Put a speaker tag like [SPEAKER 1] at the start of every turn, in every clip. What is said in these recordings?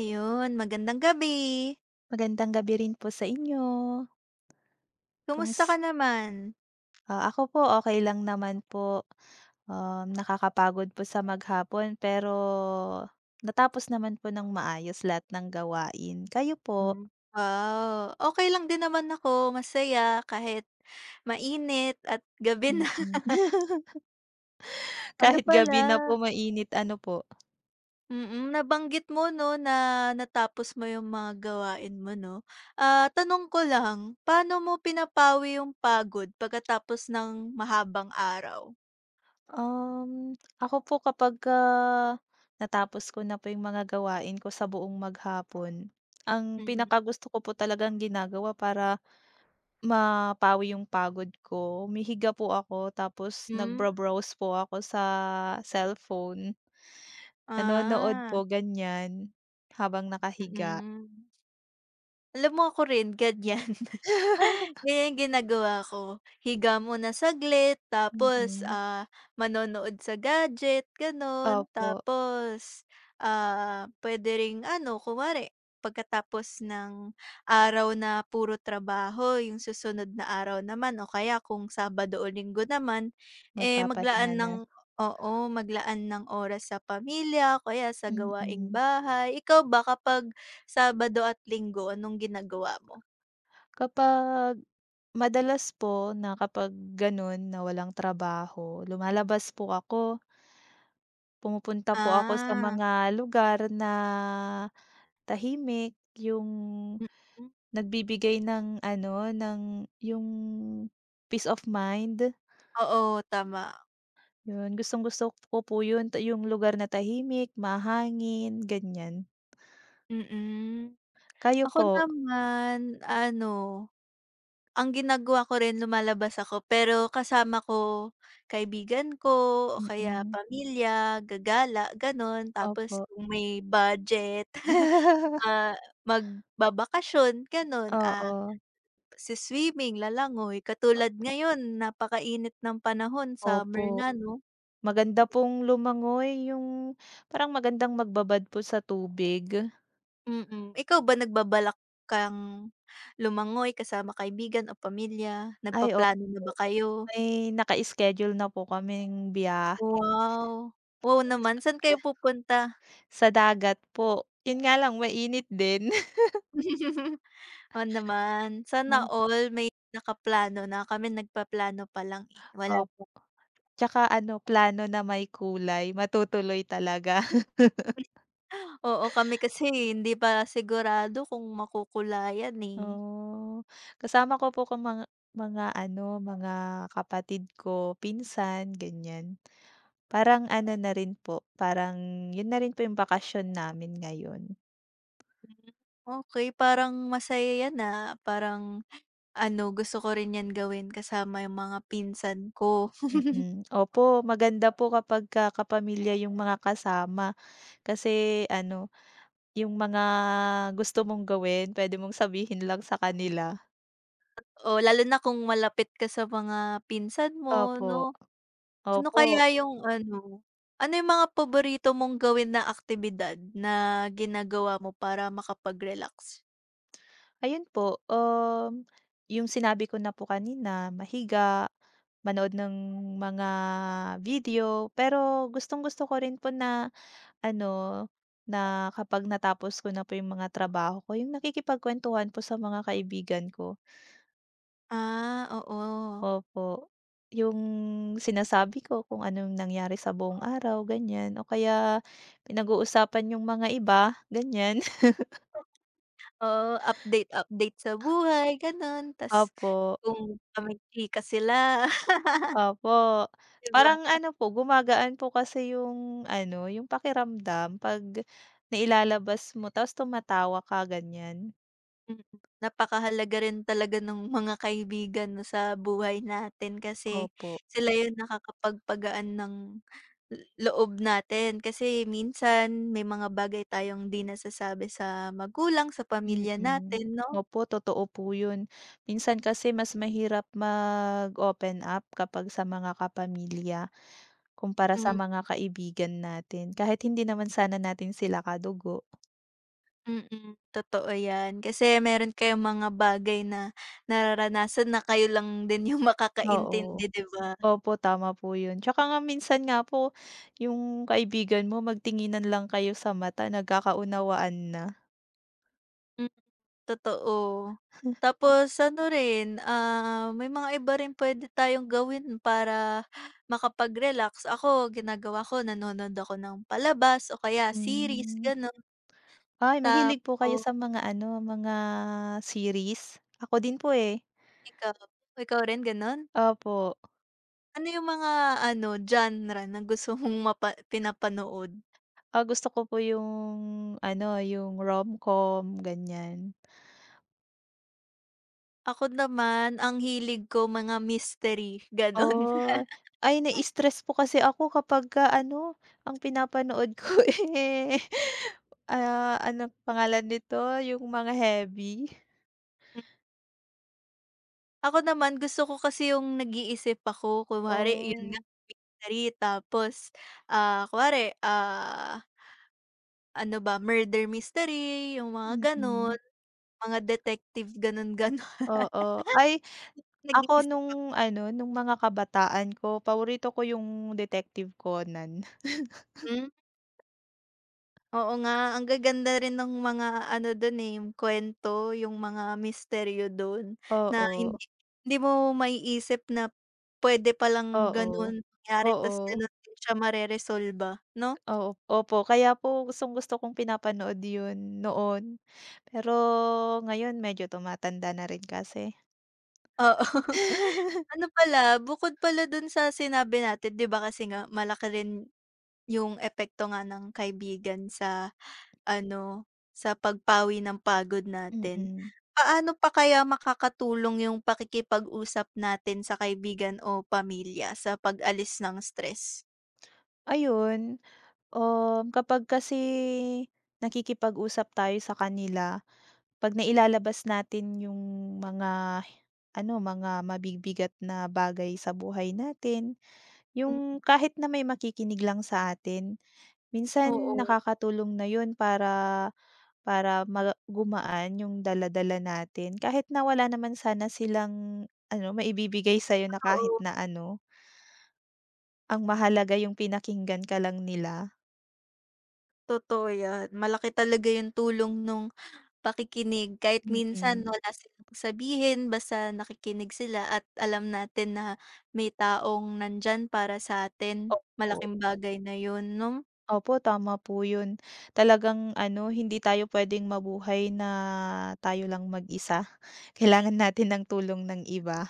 [SPEAKER 1] Ayun, magandang gabi.
[SPEAKER 2] Magandang gabi rin po sa inyo.
[SPEAKER 1] Kumusta ka
[SPEAKER 2] Kamus
[SPEAKER 1] naman?
[SPEAKER 2] ako po okey lang naman po. Nakakapagod po sa maghapon pero natapos naman po ng maayos lahat ng gawain. Kayo po?
[SPEAKER 1] Hmm. Wow, okey lang din naman ako, masaya kahit mainit at gabi na.
[SPEAKER 2] Mm.
[SPEAKER 1] Ano
[SPEAKER 2] Kahit gabi
[SPEAKER 1] pala,
[SPEAKER 2] na po mainit, ano po?
[SPEAKER 1] nabanggit mo 'no na natapos mo yung mga gawain mo 'no. Ah, tanong ko lang, paano mo pinapawi yung pagod pagkatapos ng mahabang araw?
[SPEAKER 2] Um, Ako po kapagka natapos ko na po yung mga gawain ko sa buong maghapon, ang
[SPEAKER 1] Mm.
[SPEAKER 2] pinakagusto ko po talagang ginagawa para mapawi yung pagod ko, humihiga po ako tapos
[SPEAKER 1] Hmm,
[SPEAKER 2] nagbo-browse po ako sa cellphone, nanonood
[SPEAKER 1] ah,
[SPEAKER 2] po ganyan, habang nakahiga.
[SPEAKER 1] mm. Alam mo ako rin ganyan. Ganyan yung ginagawa ko, higa muna saglit tapos,
[SPEAKER 2] Mm,
[SPEAKER 1] manonood sa gadget gano'n.
[SPEAKER 2] opo,
[SPEAKER 1] Tapos, puwede ring ano kunwari pagkatapos ng araw na puro trabaho yung susunod na araw naman o kaya kung Sabado o Linggo naman, eh,
[SPEAKER 2] magpapahinga
[SPEAKER 1] maglaan
[SPEAKER 2] na,
[SPEAKER 1] ng oo, maglaan ng oras sa pamilya o kaya sa gawaing
[SPEAKER 2] mm.
[SPEAKER 1] bahay. Ikaw ba kapag Sabado at Linggo anong ginagawa mo?
[SPEAKER 2] Kapag madalas po na kapag gano'n na walang trabaho, lumalabas po ako, pumupunta po ako sa
[SPEAKER 1] Ah.
[SPEAKER 2] mga lugar na tahimik, yung
[SPEAKER 1] Mm.
[SPEAKER 2] nagbibigay ng ano, ng yung peace of mind,
[SPEAKER 1] Oo, tama.
[SPEAKER 2] yun. Gustong-gusto ko po yun, ta yung lugar na tahimik, mahangin, ganyan.
[SPEAKER 1] Mm.
[SPEAKER 2] Kayo
[SPEAKER 1] Ako
[SPEAKER 2] po?
[SPEAKER 1] naman ano, ang ginagawa ko rin lumalabas ako pero kasama ko kaibigan ko o
[SPEAKER 2] Mm,
[SPEAKER 1] kaya
[SPEAKER 2] mm,
[SPEAKER 1] pamilya, gagala, gano'n. Tapos
[SPEAKER 2] opo.
[SPEAKER 1] kung may budget, ah, magbabakasyon gano'n,
[SPEAKER 2] Oo,
[SPEAKER 1] si-swimming, lalangoy. Katulad ngayon napakainit ng panahon, summer
[SPEAKER 2] opo.
[SPEAKER 1] na 'no?
[SPEAKER 2] Maganda pong lumangoy, yung parang magandang magbabad po sa tubig.
[SPEAKER 1] Mm. Ikaw ba nagbabalak kang lumangoy kasama kaibigan o pamilya?
[SPEAKER 2] Ay, opo.
[SPEAKER 1] Nagpaplano na ba kayo?
[SPEAKER 2] May naka-schedule na po kaming biyahe
[SPEAKER 1] Wow! Wow naman,
[SPEAKER 2] papunta
[SPEAKER 1] saan kayo
[SPEAKER 2] sa
[SPEAKER 1] pupunta?
[SPEAKER 2] dagat po. Yun nga lang mainit din.
[SPEAKER 1] Oo naman, sana all may nakaplano na, kami nagpaplano pa lang, eh, wala
[SPEAKER 2] Opo.
[SPEAKER 1] pa.
[SPEAKER 2] Tsaka ano, plano na may kulay, matutuloy talaga.
[SPEAKER 1] Oo, kami kasi hindi pa sigurado kung makukulayan, eh.
[SPEAKER 2] Oh, kasama ko po kung mga ano, mga kapatid ko, pinsan, ganyan. Parang ano na rin po, parang yun na rin po yung bakasyon namin ngayon.
[SPEAKER 1] Okey, parang masaya yan, parang ano, gusto ko rin yan gawin kasama yung mga pinsan ko.
[SPEAKER 2] Mm, opo, maganda po kapagka kapamilya yung mga kasama, kasi ano, yung mga gusto mong gawin pwede mong sabihin lang sa kanila.
[SPEAKER 1] Oo, lalo na kung malapit ka sa mga pinsan mo
[SPEAKER 2] Opo,
[SPEAKER 1] 'no? Ano
[SPEAKER 2] opo.
[SPEAKER 1] kaya yung ano, ano yung mga paborito mong gawin na aktibidad na ginagawa mo para makapag-relax?
[SPEAKER 2] Ayun po, yung sinabi ko na po kanina, mahiga, manood ng mga video, pero gustong-gusto ko rin po na ano, na kapag natapos ko na po yung mga trabaho ko, yung nakikipagkuwentuhan po sa mga kaibigan ko.
[SPEAKER 1] Ah, oo.
[SPEAKER 2] Opo. Yung sinasabi ko kung anong nangyari sa buong araw, ganyan. O kaya pinag-uusapan yung mga iba, ganyan.
[SPEAKER 1] Oo, update update sa buhay gano'n, ta's
[SPEAKER 2] Opo.
[SPEAKER 1] kung kami chika sila,
[SPEAKER 2] Opo,
[SPEAKER 1] 'di ba?
[SPEAKER 2] parang ano po, gumagaan po kasi yung ano, yung pakiramdam 'pag nailalabas mo tapos tumatawa ka ganyan.
[SPEAKER 1] Mm, napakahalaga rin talaga ng mga kaibigan 'no, sa buhay natin kasi
[SPEAKER 2] Opo,
[SPEAKER 1] sila yung nakakapagpagaan ng loob natin. Kasi minsan may mga bagay tayong 'di nasasabi sa magulang, sa pamilya
[SPEAKER 2] mm.
[SPEAKER 1] natin 'no?
[SPEAKER 2] Opo, totoo po yun. Minsan kasi mas mahirap mag-open up kapag sa mga kapamilya kumpara
[SPEAKER 1] Hmm,
[SPEAKER 2] sa
[SPEAKER 1] mm,
[SPEAKER 2] mga kaibigan natin kahit hindi naman sana natin sila kadugo.
[SPEAKER 1] Mm-mm. Totoo 'yan. Kasi meron kayong mga bagay na nararanasan na kayo lang din yung
[SPEAKER 2] Oo.
[SPEAKER 1] makakaintindi, 'di ba?
[SPEAKER 2] Opo, tama po yun. Tsaka nga minsan nga po yung kaibigan mo magtinginan lang kayo sa mata, nagkakaunawaan na.
[SPEAKER 1] Totoo. Tapos ano rin, may mga iba rin puwede tayong gawin para makapag-relax. Ako ginagawa ko nanonood ako ng palabas o kaya series
[SPEAKER 2] Hmm.
[SPEAKER 1] gano'n.
[SPEAKER 2] Ay, mahilig po kayo
[SPEAKER 1] tapos
[SPEAKER 2] sa mga ano, mga series? Ako din po, eh.
[SPEAKER 1] ikaw, ikaw rin gano'n?
[SPEAKER 2] Opo.
[SPEAKER 1] Ano yung mga ano, genre na gusto mong pinapanood?
[SPEAKER 2] Ah, gusto ko po yung ano, yung rom-com ganyan.
[SPEAKER 1] Ako naman ang hilig ko mga mystery, gano'n.
[SPEAKER 2] Oh, ay, nai-stress po kasi ako kapagka ano, ang pinapanood ko, eh, ah, ano pangalan nito, yung mga heavy.
[SPEAKER 1] Ako naman gusto ko kasi yung nag-iisip ako kunwari yun nga
[SPEAKER 2] Oh.
[SPEAKER 1] mystery tapos, kunwari, ano ba murder mystery yung mga
[SPEAKER 2] Mm,
[SPEAKER 1] ganon, mga detective ganon ganon.
[SPEAKER 2] oo. Ay, ako
[SPEAKER 1] Nag-iisip ako.
[SPEAKER 2] nung ano, nung mga kabataan ko paborito ko yung Detective Conan.
[SPEAKER 1] hmm, Oo nga ang gaganda rin ng mga ano dun, eh, yung kwento yung mga misteryo dun na
[SPEAKER 2] Oo,
[SPEAKER 1] hindi hindi mo maiisip na pwede palang
[SPEAKER 2] oo,
[SPEAKER 1] ganun mangyari tas
[SPEAKER 2] oo,
[SPEAKER 1] ganun din siya mareresolba, 'no?
[SPEAKER 2] oo, opo. Kaya po gustong-gusto kong pinapanood yun noon. Pero ngayon medyo tumatanda na rin kasi.
[SPEAKER 1] Oo. Ano pala, bukod pala dun sa sinabi natin 'di ba kasi nga malaki rin yung epekto nga ng kaibigan sa ano, sa pagpawi ng pagod natin.
[SPEAKER 2] Mm.
[SPEAKER 1] Paano pa kaya makakatulong yung pakikipag-usap natin sa kaibigan o pamilya sa pag-alis ng stress?
[SPEAKER 2] Ayun, kapag kasi nakikipag-usap tayo sa kanila, 'pag nailalabas natin yung mga ano, mga mabibigat na bagay sa buhay natin,
[SPEAKER 1] Hmm.
[SPEAKER 2] yung kahit na may makikinig lang sa atin, minsan
[SPEAKER 1] Oo,
[SPEAKER 2] nakakatulong na yun para para ma gumaan yung dala-dala natin. Kahit na wala naman sana silang ano, maibibigay sa'yo na kahit
[SPEAKER 1] oo,
[SPEAKER 2] na ano, ang mahalaga yung pinakinggan ka lang nila.
[SPEAKER 1] totoo yan. Malaki talaga yung tulong nung pakikinig kahit minsan
[SPEAKER 2] Mm,
[SPEAKER 1] wala silang sabihin basta nakikinig sila at alam natin na may taong nandiyan para sa atin,
[SPEAKER 2] opo.
[SPEAKER 1] malaking bagay na yun 'no?
[SPEAKER 2] Opo, tama po yun. Talagang ano, hindi tayo puwedeng mabuhay na tayo lang mag-isa. Kailangan natin ng tulong ng iba.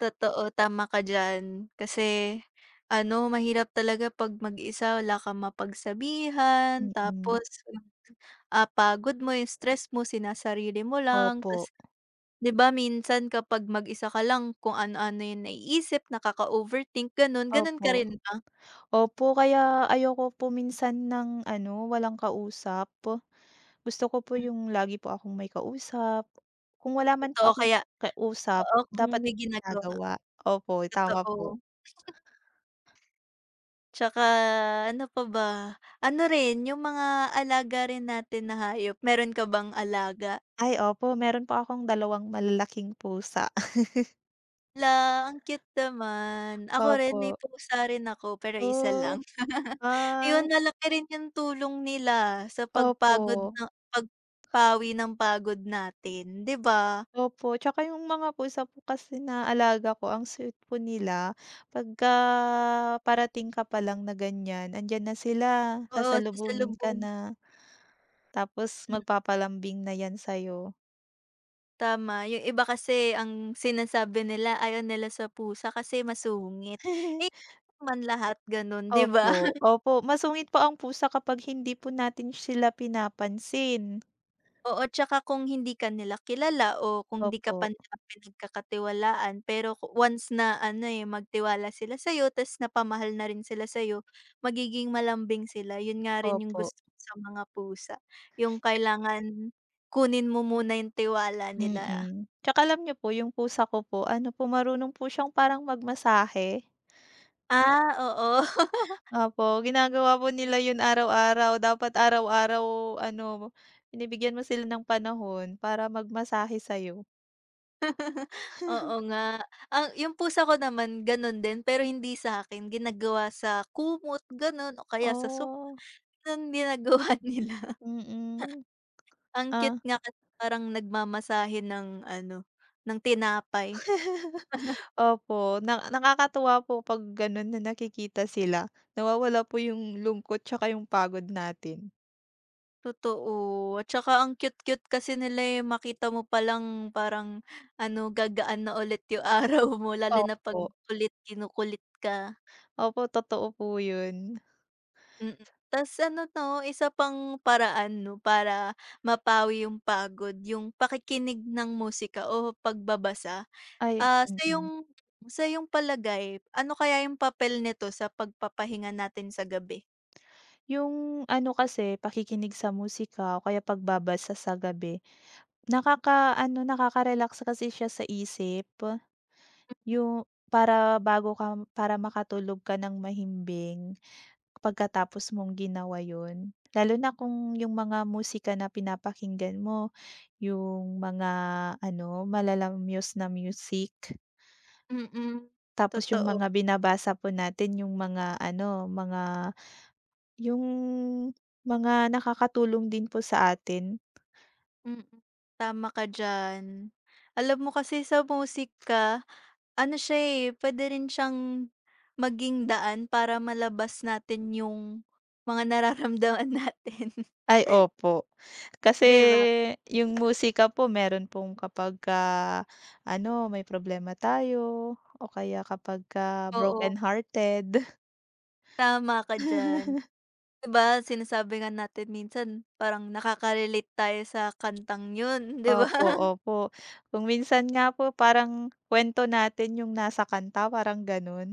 [SPEAKER 1] Totoo, tama ka diyan. Kasi ano, mahirap talaga 'pag mag-isa wala kang mapagsabihan
[SPEAKER 2] Mm,
[SPEAKER 1] tapos, pagod mo, yung stress mo sinasarili mo lang ta's
[SPEAKER 2] opo,
[SPEAKER 1] 'di ba minsan kapag mag-isa ka lang kung ano-ano yung naiisip nakaka-overthink gano'n, gano'n ka
[SPEAKER 2] opo.
[SPEAKER 1] rin ba?
[SPEAKER 2] Opo, kaya ayoko po minsan ng ano, walang kausap. Gusto ko po
[SPEAKER 1] Hmm,
[SPEAKER 2] yung lagi po akong may kausap. Kung wala man po
[SPEAKER 1] totoo
[SPEAKER 2] akong
[SPEAKER 1] kaya.
[SPEAKER 2] kausap,
[SPEAKER 1] Oo, kung
[SPEAKER 2] dapat
[SPEAKER 1] may ginagawa,
[SPEAKER 2] ginagawa. Opo, tama po.
[SPEAKER 1] totoo. Tsaka ano pa ba, ano rin yung mga alaga rin natin na hayop, meron ka bang alaga?
[SPEAKER 2] Ay, opo, meron po akong dalawang malalaking pusa.
[SPEAKER 1] Hala, ang cute naman. Ako rin may
[SPEAKER 2] Opo.
[SPEAKER 1] pusa rin ako pero isa lang.
[SPEAKER 2] Oh,
[SPEAKER 1] Yun
[SPEAKER 2] ay.
[SPEAKER 1] malaki rin yung tulong nila sa pagpagod
[SPEAKER 2] Opo,
[SPEAKER 1] na pagpawi ng pagod natin, 'di ba?
[SPEAKER 2] opo. Tsaka yung mga pusa po kasi na alaga ko ang sweet po nila, pagka parating ka pa lang na ganyan, andiyan na sila,
[SPEAKER 1] Oo,
[SPEAKER 2] sasalubungin ka
[SPEAKER 1] sasalubong.
[SPEAKER 2] na, tapos magpapalambing na yan sa'yo.
[SPEAKER 1] Tama, yung iba kasi ang sinasabi nila ayaw nila sa pusa kasi masungit. Eh, man lahat gano'n, 'di ba?
[SPEAKER 2] Opo, opo. Masungit po ang pusa kapag hindi po natin sila pinapansin.
[SPEAKER 1] Oo, tsaka kung hindi ka nila kilala o kung 'di
[SPEAKER 2] Opo,
[SPEAKER 1] ka pa nila pinagkakatiwalaan pero once na ano, eh, magtiwala sila sa'yo ta's napamahal na rin sila sa'yo, magiging malambing sila. Yun nga rin yung
[SPEAKER 2] opo,
[SPEAKER 1] gusto ko sa mga pusa, yung kailangan kunin mo muna yung tiwala nila.
[SPEAKER 2] mm. Tsaka alam niyo po yung pusa ko po, ano po, marunong po siyang parang magmasahe.
[SPEAKER 1] Ah, oo.
[SPEAKER 2] Opo, ginagawa po nila yun araw-araw. Dapat araw-araw ano, binibigyan mo sila ng panahon para magmasahe sa'yo.
[SPEAKER 1] Oo nga. Yung pusa ko naman gano'n din, pero hindi sa akin ginagawa sa kumot gano'n o kaya sa sofa,
[SPEAKER 2] Oh,
[SPEAKER 1] gano'n ginagawa nila.
[SPEAKER 2] mm.
[SPEAKER 1] Ang
[SPEAKER 2] Ah,
[SPEAKER 1] cute nga kasi parang nagmamasahe ng ano, ng tinapay.
[SPEAKER 2] opo. Na nakakatuwa po 'pag gano'n na nakikita sila. Nawawala po yung lungkot tsaka yung pagod natin.
[SPEAKER 1] Totoo, at saka ang cute-cute kasi nila, eh, makita mo palang parang ano, gagaan na ulit yung araw mo lalo na 'pag
[SPEAKER 2] Opo.
[SPEAKER 1] kinukulit ka.
[SPEAKER 2] Opo, totoo po yun.
[SPEAKER 1] Mm. Tas ano 'to, isa pang paraan 'no, para mapawi yung pagod, yung pakikinig ng musika o pagbabasa.
[SPEAKER 2] Ay,
[SPEAKER 1] Ah, sa
[SPEAKER 2] mm.
[SPEAKER 1] iyong sa iyong palagay, ano kaya yung papel nito sa pagpapahinga natin sa gabi?
[SPEAKER 2] Yung ano kasi, pakikinig sa musika o kaya pagbabasa sa gabi, nakakaano, nakaka-relax kasi siya sa isip. Yung para bago ka para makatulog ka ng mahimbing pagkatapos mong ginawa yun. Lalo na kung yung mga musika na pinapakinggan mo, yung mga ano, malalamyos na music.
[SPEAKER 1] Mm,
[SPEAKER 2] Tapos yung
[SPEAKER 1] totoo.
[SPEAKER 2] mga binabasa po natin, yung mga ano, mga yung mga nakakatulong din po sa atin.
[SPEAKER 1] Mm, tama ka diyan. Alam mo kasi sa musika, ano siya, eh, puwede rin siyang maging daan para malabas natin yung mga nararamdaman natin,
[SPEAKER 2] Ay, opo. Kasi
[SPEAKER 1] 'di ba?
[SPEAKER 2] yung musika po meron pong kapagka ano, may problema tayo o kaya kapag kapagka
[SPEAKER 1] Oo,
[SPEAKER 2] brokenhearted.
[SPEAKER 1] tama ka diyan. 'Di ba sinasabi nga natin minsan parang nakaka-relate tayo sa kantang yun, 'di ba?
[SPEAKER 2] Opo, opo. Kung minsan nga po parang kuwento natin yung nasa kanta, parang gano'n.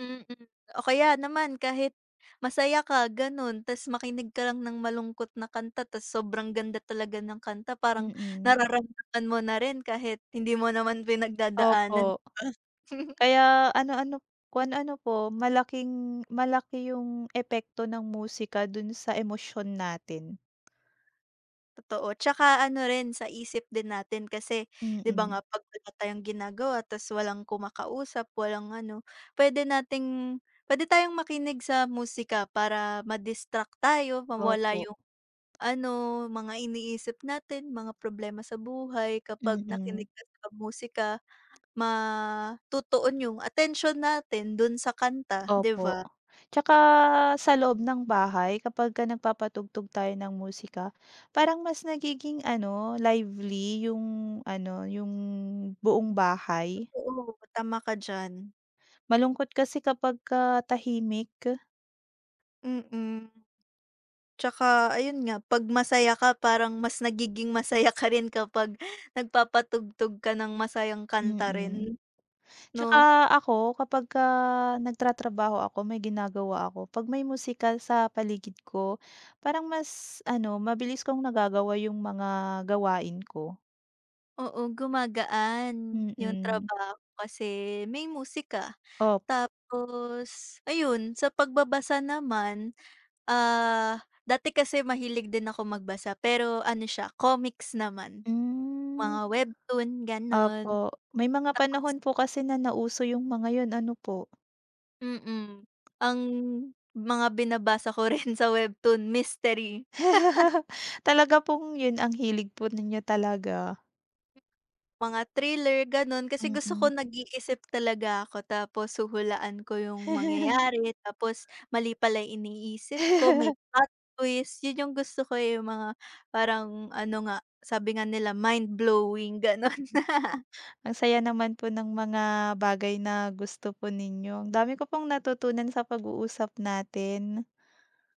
[SPEAKER 1] Mm. O kaya naman kahit masaya ka gano'n ta's makinig ka lang ng malungkot na kanta ta's sobrang ganda talaga ng kanta parang
[SPEAKER 2] Mm.
[SPEAKER 1] nararamdaman mo na rin kahit hindi mo naman pinagdadaanan,
[SPEAKER 2] Opo.
[SPEAKER 1] 'di ba?
[SPEAKER 2] Kaya ano-ano kung ano po, malaking malaki yung epekto ng musika dun sa emosyon natin.
[SPEAKER 1] Totoo, tsaka ano rin sa isip din natin kasi 'di ba
[SPEAKER 2] Mm.
[SPEAKER 1] nga 'pag wala tayong ginagawa ta's walang kumakausap, walang ano, puwede nating puwede tayong makinig sa musika para ma-distract tayo, mawala
[SPEAKER 2] Opo.
[SPEAKER 1] yung ano, mga iniisip natin, mga problema sa buhay. Kapag nakinig
[SPEAKER 2] Mm.
[SPEAKER 1] ka sa musika, matutuon yung attention natin dun sa kanta, 'di
[SPEAKER 2] Opo.
[SPEAKER 1] ba?
[SPEAKER 2] Tsaka sa loob ng bahay kapagka nagpapatugtog tayo ng musika, parang mas nagiging ano, lively yung ano, yung buong bahay.
[SPEAKER 1] Totoo, tama ka diyan.
[SPEAKER 2] Malungkot kasi kapagka tahimik.
[SPEAKER 1] Mm. Tsaka ayun nga, 'pag masaya ka parang mas nagiging masaya ka rin kapag nagpapatugtog ka ng masayang kanta rin
[SPEAKER 2] Mm.
[SPEAKER 1] 'no?
[SPEAKER 2] Tsaka ako kapagka nagtratrabaho ako, may ginagawa ako, 'pag may musika sa paligid ko, parang mas ano, mabilis kong nagagawa yung mga gawain ko.
[SPEAKER 1] Oo, gumagaan yung
[SPEAKER 2] Mm.
[SPEAKER 1] trabaho kasi may musika.
[SPEAKER 2] Op
[SPEAKER 1] Tapos ayun, sa pagbabasa naman, ah, dati kasi mahilig din ako magbasa pero ano siya, comics naman,
[SPEAKER 2] hmm.
[SPEAKER 1] mga webtoon gano'n.
[SPEAKER 2] Opo, may mga panahon
[SPEAKER 1] Tapos,
[SPEAKER 2] po kasi na nauso yung mga yun ano po.
[SPEAKER 1] mm, ang mga binabasa ko rin sa webtoon, mystery.
[SPEAKER 2] Talaga pong yun ang hilig po ninyo talaga,
[SPEAKER 1] Mga thriller gano'n kasi gusto ko
[SPEAKER 2] mm.
[SPEAKER 1] nag-iisip talaga ako tapos huhulaan ko yung mangyayari tapos mali pala yung iniisip ko, may plot twist, yun yung gusto ko, eh, yung mga parang ano nga, sabi nga nila mind-blowing gano'n.
[SPEAKER 2] Ang saya naman po ng mga bagay na gusto po ninyo. Ang dami ko pong natutunan sa pag-uusap natin.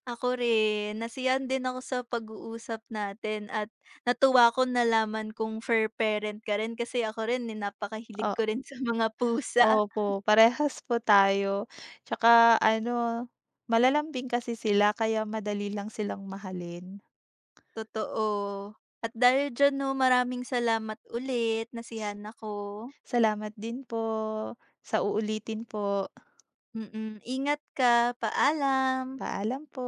[SPEAKER 1] Ako rin, nasiyahan din ako sa pag-uusap natin at natuwa ko nalaman kung fair parent ka rin kasi ako rin, eh, napakahilig
[SPEAKER 2] O,
[SPEAKER 1] ko rin sa mga pusa.
[SPEAKER 2] opo, parehas po tayo. Tsaka ano, malalambing kasi sila kaya madali lang silang mahalin.
[SPEAKER 1] Totoo. At dahil diyan 'no, maraming salamat ulit, nasiyahan ako.
[SPEAKER 2] Salamat din po, sa uulitin po.
[SPEAKER 1] Ingat ka, paalam.
[SPEAKER 2] Paalam po.